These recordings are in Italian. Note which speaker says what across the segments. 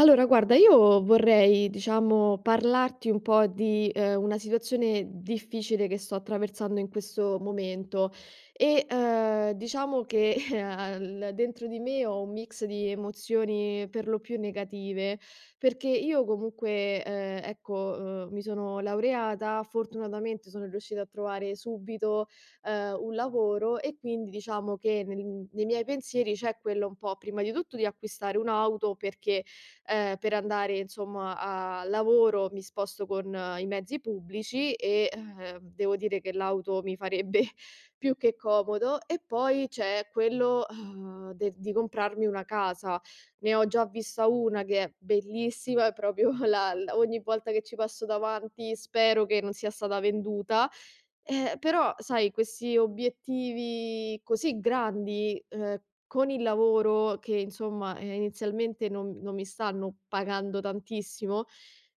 Speaker 1: Allora guarda, io vorrei parlarti un po' di, una situazione difficile che sto attraversando in questo momento e, diciamo che al dentro di me ho un mix di emozioni per lo più negative, perché io comunque, mi sono laureata, fortunatamente sono riuscita a trovare subito, un lavoro, e quindi diciamo che nel nei miei pensieri c'è quello un po' prima di tutto di acquistare un'auto perché, per andare insomma a lavoro mi sposto con i mezzi pubblici, e devo dire che l'auto mi farebbe più che comodo. E poi c'è quello, de di comprarmi una casa. Ne ho già vista una che è bellissima, è proprio la l ogni volta che ci passo davanti spero che non sia stata venduta, però sai, questi obiettivi così grandi, con il lavoro che insomma, inizialmente non mi stanno pagando tantissimo,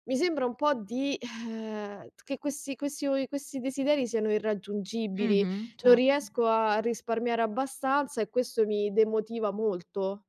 Speaker 1: mi sembra un po' di che questi desideri siano irraggiungibili.
Speaker 2: Mh-mh,
Speaker 1: Non
Speaker 2: certo.
Speaker 1: riesco a risparmiare abbastanza, e questo mi demotiva molto.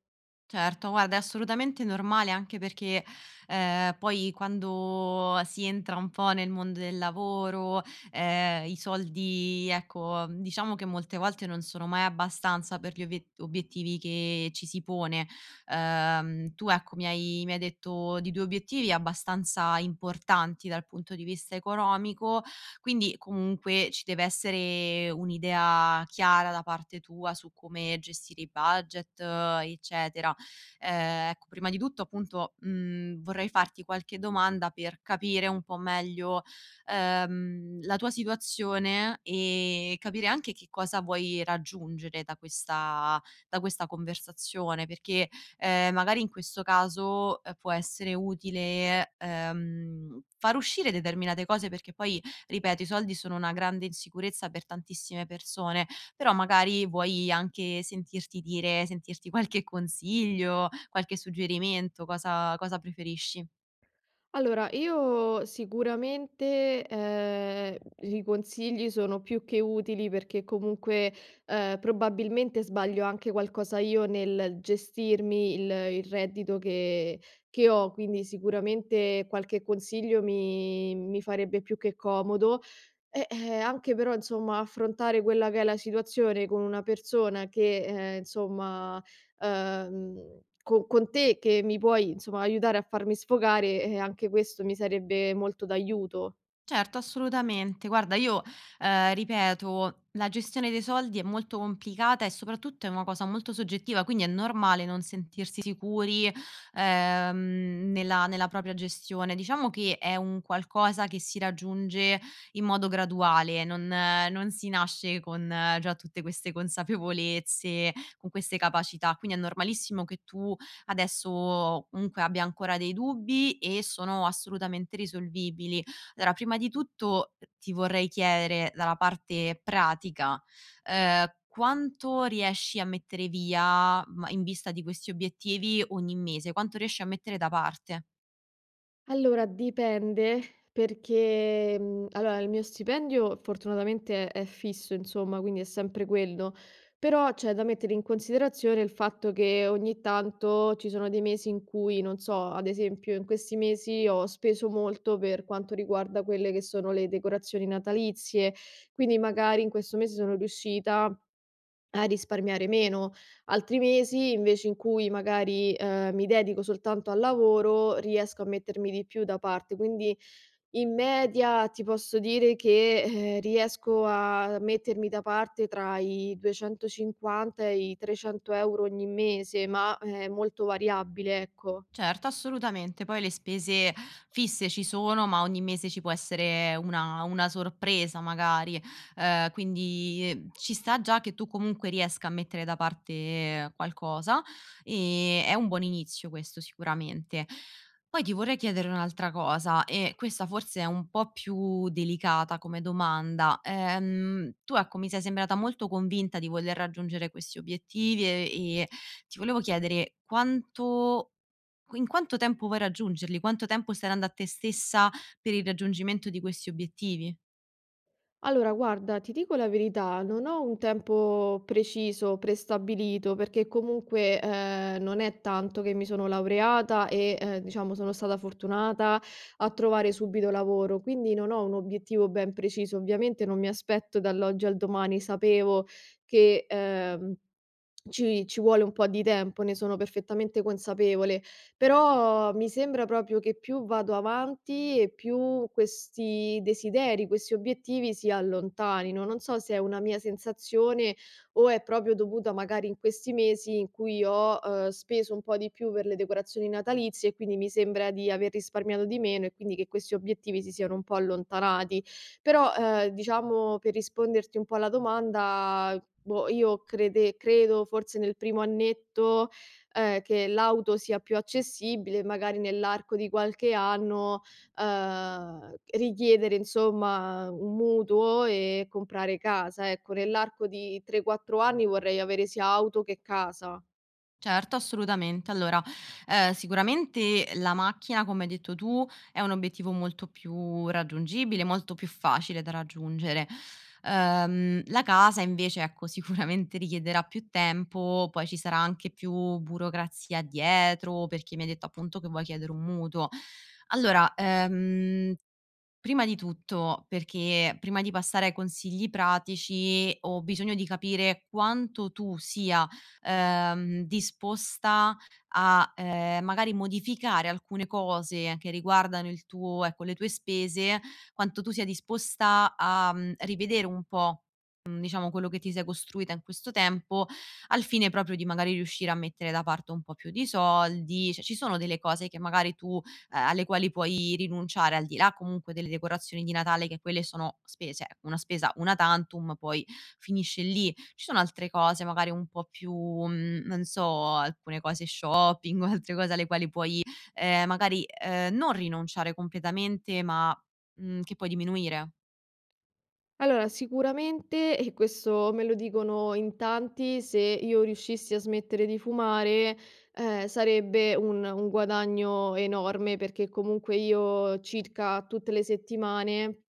Speaker 2: Certo, guarda, è assolutamente normale anche perché, poi quando si entra un po' nel mondo del lavoro, i soldi ecco, diciamo che molte volte non sono mai abbastanza per gli obiettivi che ci si pone. Tu ecco, mi hai detto di 2 obiettivi abbastanza importanti dal punto di vista economico, quindi comunque ci deve essere un'idea chiara da parte tua su come gestire i budget, eccetera. Ecco, prima di tutto appunto, vorrei farti qualche domanda per capire un po' meglio, la tua situazione e capire anche che cosa vuoi raggiungere da questa conversazione, perché, magari in questo caso, può essere utile, far uscire determinate cose perché poi, ripeto, i soldi sono una grande insicurezza per tantissime persone però magari vuoi anche sentirti qualche consiglio, qualche suggerimento, cosa preferisci?
Speaker 1: Allora, io sicuramente, i consigli sono più che utili, perché comunque, probabilmente sbaglio anche qualcosa io nel gestirmi il reddito che ho, quindi sicuramente qualche consiglio mi farebbe più che comodo. Anche però insomma affrontare quella che è la situazione con una persona che, insomma co con te che mi puoi, insomma, aiutare a farmi sfogare, anche questo mi sarebbe molto d'aiuto.
Speaker 2: Certo, assolutamente. Guarda, io, ripeto, la gestione dei soldi è molto complicata e soprattutto è una cosa molto soggettiva, quindi è normale non sentirsi sicuri, nella propria gestione. Diciamo che è un qualcosa che si raggiunge in modo graduale, non non si nasce con già tutte queste consapevolezze, con queste capacità, quindi è normalissimo che tu adesso comunque abbia ancora dei dubbi e sono assolutamente risolvibili. Allora, prima di tutto ti vorrei chiedere dalla parte pratica, quanto riesci a mettere via, ma in vista di questi obiettivi, ogni mese? Quanto riesci a mettere da parte?
Speaker 1: Allora dipende, perché, allora il mio stipendio fortunatamente è fisso insomma, quindi è sempre quello, però c'è da mettere in considerazione il fatto che ogni tanto ci sono dei mesi in cui, non so, ad esempio in questi mesi ho speso molto per quanto riguarda quelle che sono le decorazioni natalizie, quindi magari in questo mese sono riuscita a risparmiare meno. Altri mesi invece in cui magari, mi dedico soltanto al lavoro, riesco a mettermi di più da parte. Quindi in media ti posso dire che, riesco a mettermi da parte tra i 250 e i 300 € ogni mese, ma è molto variabile, ecco.
Speaker 2: Certo, assolutamente. Poi le spese fisse ci sono, ma ogni mese ci può essere una sorpresa magari, quindi, ci sta già che tu comunque riesca a mettere da parte qualcosa, è un buon inizio questo sicuramente. Poi ti vorrei chiedere un'altra cosa e questa forse è un po' più delicata come domanda. Tu ecco, mi sei sembrata molto convinta di voler raggiungere questi obiettivi e ti volevo chiedere quanto in quanto tempo vuoi raggiungerli? Quanto tempo stai dando a te stessa per il raggiungimento di questi obiettivi?
Speaker 1: Allora, guarda, ti dico la verità, non ho un tempo preciso, prestabilito, perché comunque non è tanto che mi sono laureata, e diciamo sono stata fortunata a trovare subito lavoro, quindi non ho un obiettivo ben preciso. Ovviamente non mi aspetto dall'oggi al domani, sapevo che ci vuole un po' di tempo, ne sono perfettamente consapevole, però mi sembra proprio che più vado avanti e più questi desideri, questi obiettivi si allontanino. Non so se è una mia sensazione o è proprio dovuta magari in questi mesi in cui ho, speso un po' di più per le decorazioni natalizie, e quindi mi sembra di aver risparmiato di meno, e quindi che questi obiettivi si siano un po' allontanati. Però, diciamo per risponderti un po' alla domanda, boh, io crede credo forse nel primo annetto, che l'auto sia più accessibile, magari nell'arco di qualche anno, richiedere insomma un mutuo e comprare casa. Ecco, nell'arco di 3, 4 anni vorrei avere sia auto che casa.
Speaker 2: Certo, assolutamente. Allora, sicuramente la macchina, come hai detto tu, è un obiettivo molto più raggiungibile, molto più facile da raggiungere. La casa invece, ecco, sicuramente richiederà più tempo, poi ci sarà anche più burocrazia dietro, perché mi hai detto appunto che vuoi chiedere un mutuo. Allora, prima di tutto, perché prima di passare ai consigli pratici ho bisogno di capire quanto tu sia, disposta a, magari modificare alcune cose che riguardano il tuo ecco, le tue spese, quanto tu sia disposta a, rivedere un po' diciamo quello che ti sei costruita in questo tempo, al fine proprio di magari riuscire a mettere da parte un po' più di soldi. Cioè ci sono delle cose che magari tu alle quali puoi rinunciare, al di là comunque delle decorazioni di Natale che quelle sono spese, cioè una spesa una tantum, poi finisce lì. Ci sono altre cose magari un po' più, non so, alcune cose shopping o altre cose alle quali puoi, magari, non rinunciare completamente ma, che puoi diminuire.
Speaker 1: Allora, sicuramente, e questo me lo dicono in tanti, se io riuscissi a smettere di fumare, sarebbe un guadagno enorme, perché comunque io circa tutte le settimane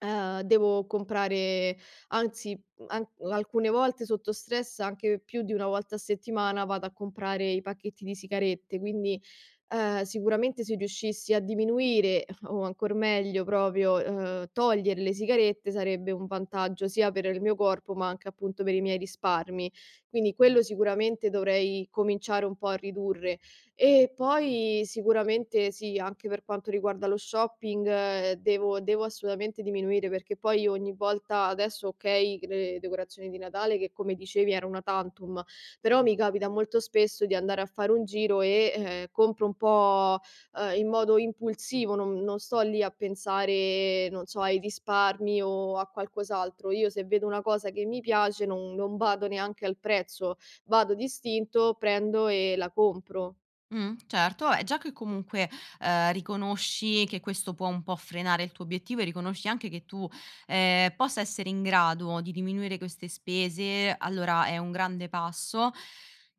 Speaker 1: Devo comprare, anzi, an alcune volte sotto stress, anche più di 1 volta a settimana, vado a comprare i pacchetti di sigarette, quindi, sicuramente se riuscissi a diminuire o ancor meglio proprio, togliere le sigarette, sarebbe un vantaggio sia per il mio corpo, ma anche appunto per i miei risparmi. Quindi quello sicuramente dovrei cominciare un po' a ridurre. E poi sicuramente sì, anche per quanto riguarda lo shopping, devo assolutamente diminuire, perché poi ogni volta adesso okay, le decorazioni di Natale, che come dicevi era una tantum, però mi capita molto spesso di andare a fare un giro e, compro un po', in modo impulsivo, non sto lì a pensare, non so, ai risparmi o a qualcos'altro. Io se vedo una cosa che mi piace non bado neanche al prezzo, vado d'istinto, prendo e la compro.
Speaker 2: Certo, vabbè già che comunque, riconosci che questo può un po' frenare il tuo obiettivo e riconosci anche che tu, possa essere in grado di diminuire queste spese, allora è un grande passo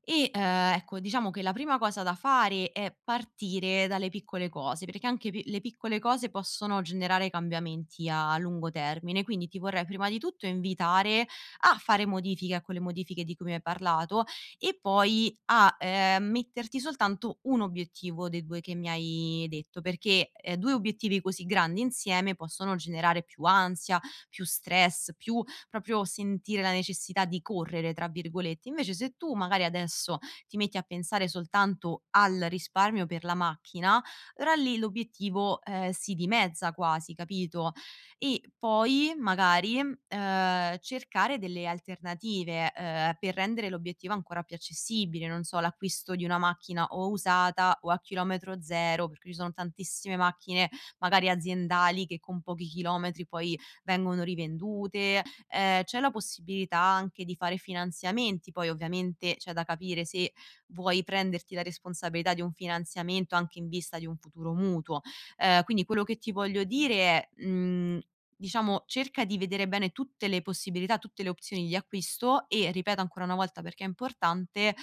Speaker 2: e, ecco diciamo che la prima cosa da fare è partire dalle piccole cose, perché anche pi le piccole cose possono generare cambiamenti a lungo termine. Quindi ti vorrei prima di tutto invitare a fare modifiche a quelle modifiche di cui mi hai parlato e poi a, metterti soltanto 1 obiettivo dei 2 che mi hai detto, perché, 2 obiettivi così grandi insieme possono generare più ansia, più stress, più proprio sentire la necessità di "correre" tra virgolette. Invece se tu magari adesso ti metti a pensare soltanto al risparmio per la macchina, allora lì l'obiettivo, si dimezza quasi, capito? E poi magari, cercare delle alternative, per rendere l'obiettivo ancora più accessibile, non so, l'acquisto di una macchina o usata o a chilometro zero, perché ci sono tantissime macchine magari aziendali che con pochi chilometri poi vengono rivendute. C'è la possibilità anche di fare finanziamenti, poi ovviamente c'è da capire se vuoi prenderti la responsabilità di un finanziamento anche in vista di un futuro mutuo. Quindi quello che ti voglio dire è, diciamo cerca di vedere bene tutte le possibilità, tutte le opzioni di acquisto e, ripeto ancora una volta perché è importante,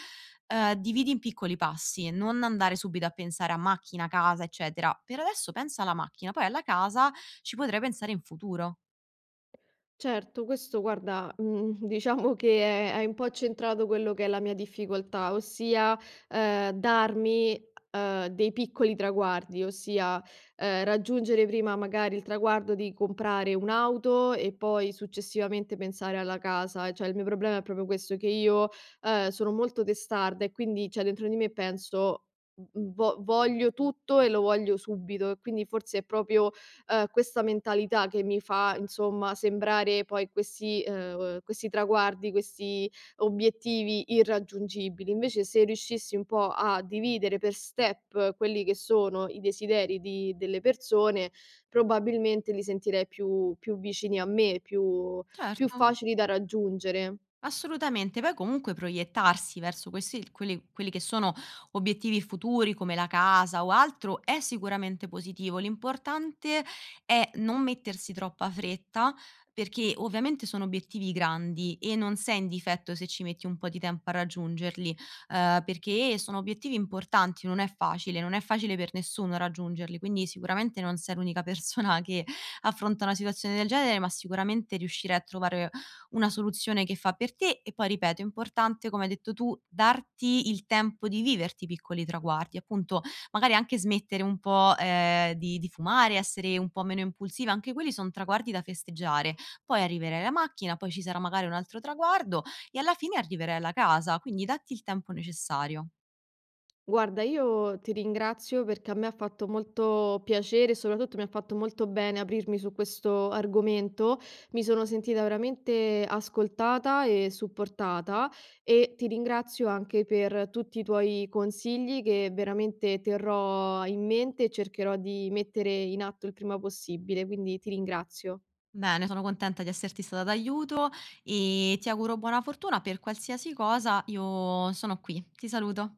Speaker 2: dividi in piccoli passi, non andare subito a pensare a macchina, casa, eccetera. Per adesso pensa alla macchina, poi alla casa ci potrai pensare in futuro.
Speaker 1: Certo, questo guarda, diciamo che è hai un po' accentrato quello che è la mia difficoltà, ossia, darmi, dei piccoli traguardi, ossia, raggiungere prima magari il traguardo di comprare un'auto e poi successivamente pensare alla casa. Cioè, il mio problema è proprio questo, che io, sono molto testarda e quindi, cioè, dentro di me penso: "V vo Voglio tutto e lo voglio subito", e quindi forse è proprio questa mentalità che mi fa insomma sembrare poi questi traguardi, questi obiettivi irraggiungibili. Invece se riuscissi un po' a dividere per step quelli che sono i desideri di delle persone, probabilmente li sentirei più vicini a me, più
Speaker 2: Certo.
Speaker 1: facili da raggiungere.
Speaker 2: Assolutamente, poi comunque proiettarsi verso questi quelli quelli che sono obiettivi futuri come la casa o altro è sicuramente positivo. L'importante è non mettersi troppa fretta, perché ovviamente sono obiettivi grandi e non sei in difetto se ci metti un po' di tempo a raggiungerli, perché sono obiettivi importanti, non è facile, non è facile per nessuno raggiungerli, quindi sicuramente non sei l'unica persona che affronta una situazione del genere, ma sicuramente riuscirai a trovare una soluzione che fa per te e poi ripeto, è importante, come hai detto tu, darti il tempo di viverti i piccoli traguardi, appunto magari anche smettere un po', di fumare, essere un po' meno impulsiva, anche quelli son traguardi da festeggiare. Poi arriverai alla macchina, poi ci sarà magari un altro traguardo e alla fine arriverai alla casa, quindi datti il tempo necessario.
Speaker 1: Guarda, io ti ringrazio perché a me ha fatto molto piacere e soprattutto mi ha fatto molto bene aprirmi su questo argomento. Mi sono sentita veramente ascoltata e supportata, e ti ringrazio anche per tutti i tuoi consigli, che veramente terrò in mente e cercherò di mettere in atto il prima possibile, quindi ti ringrazio.
Speaker 2: Bene, sono contenta di esserti stata d'aiuto e ti auguro buona fortuna per qualsiasi cosa, io sono qui. Ti saluto.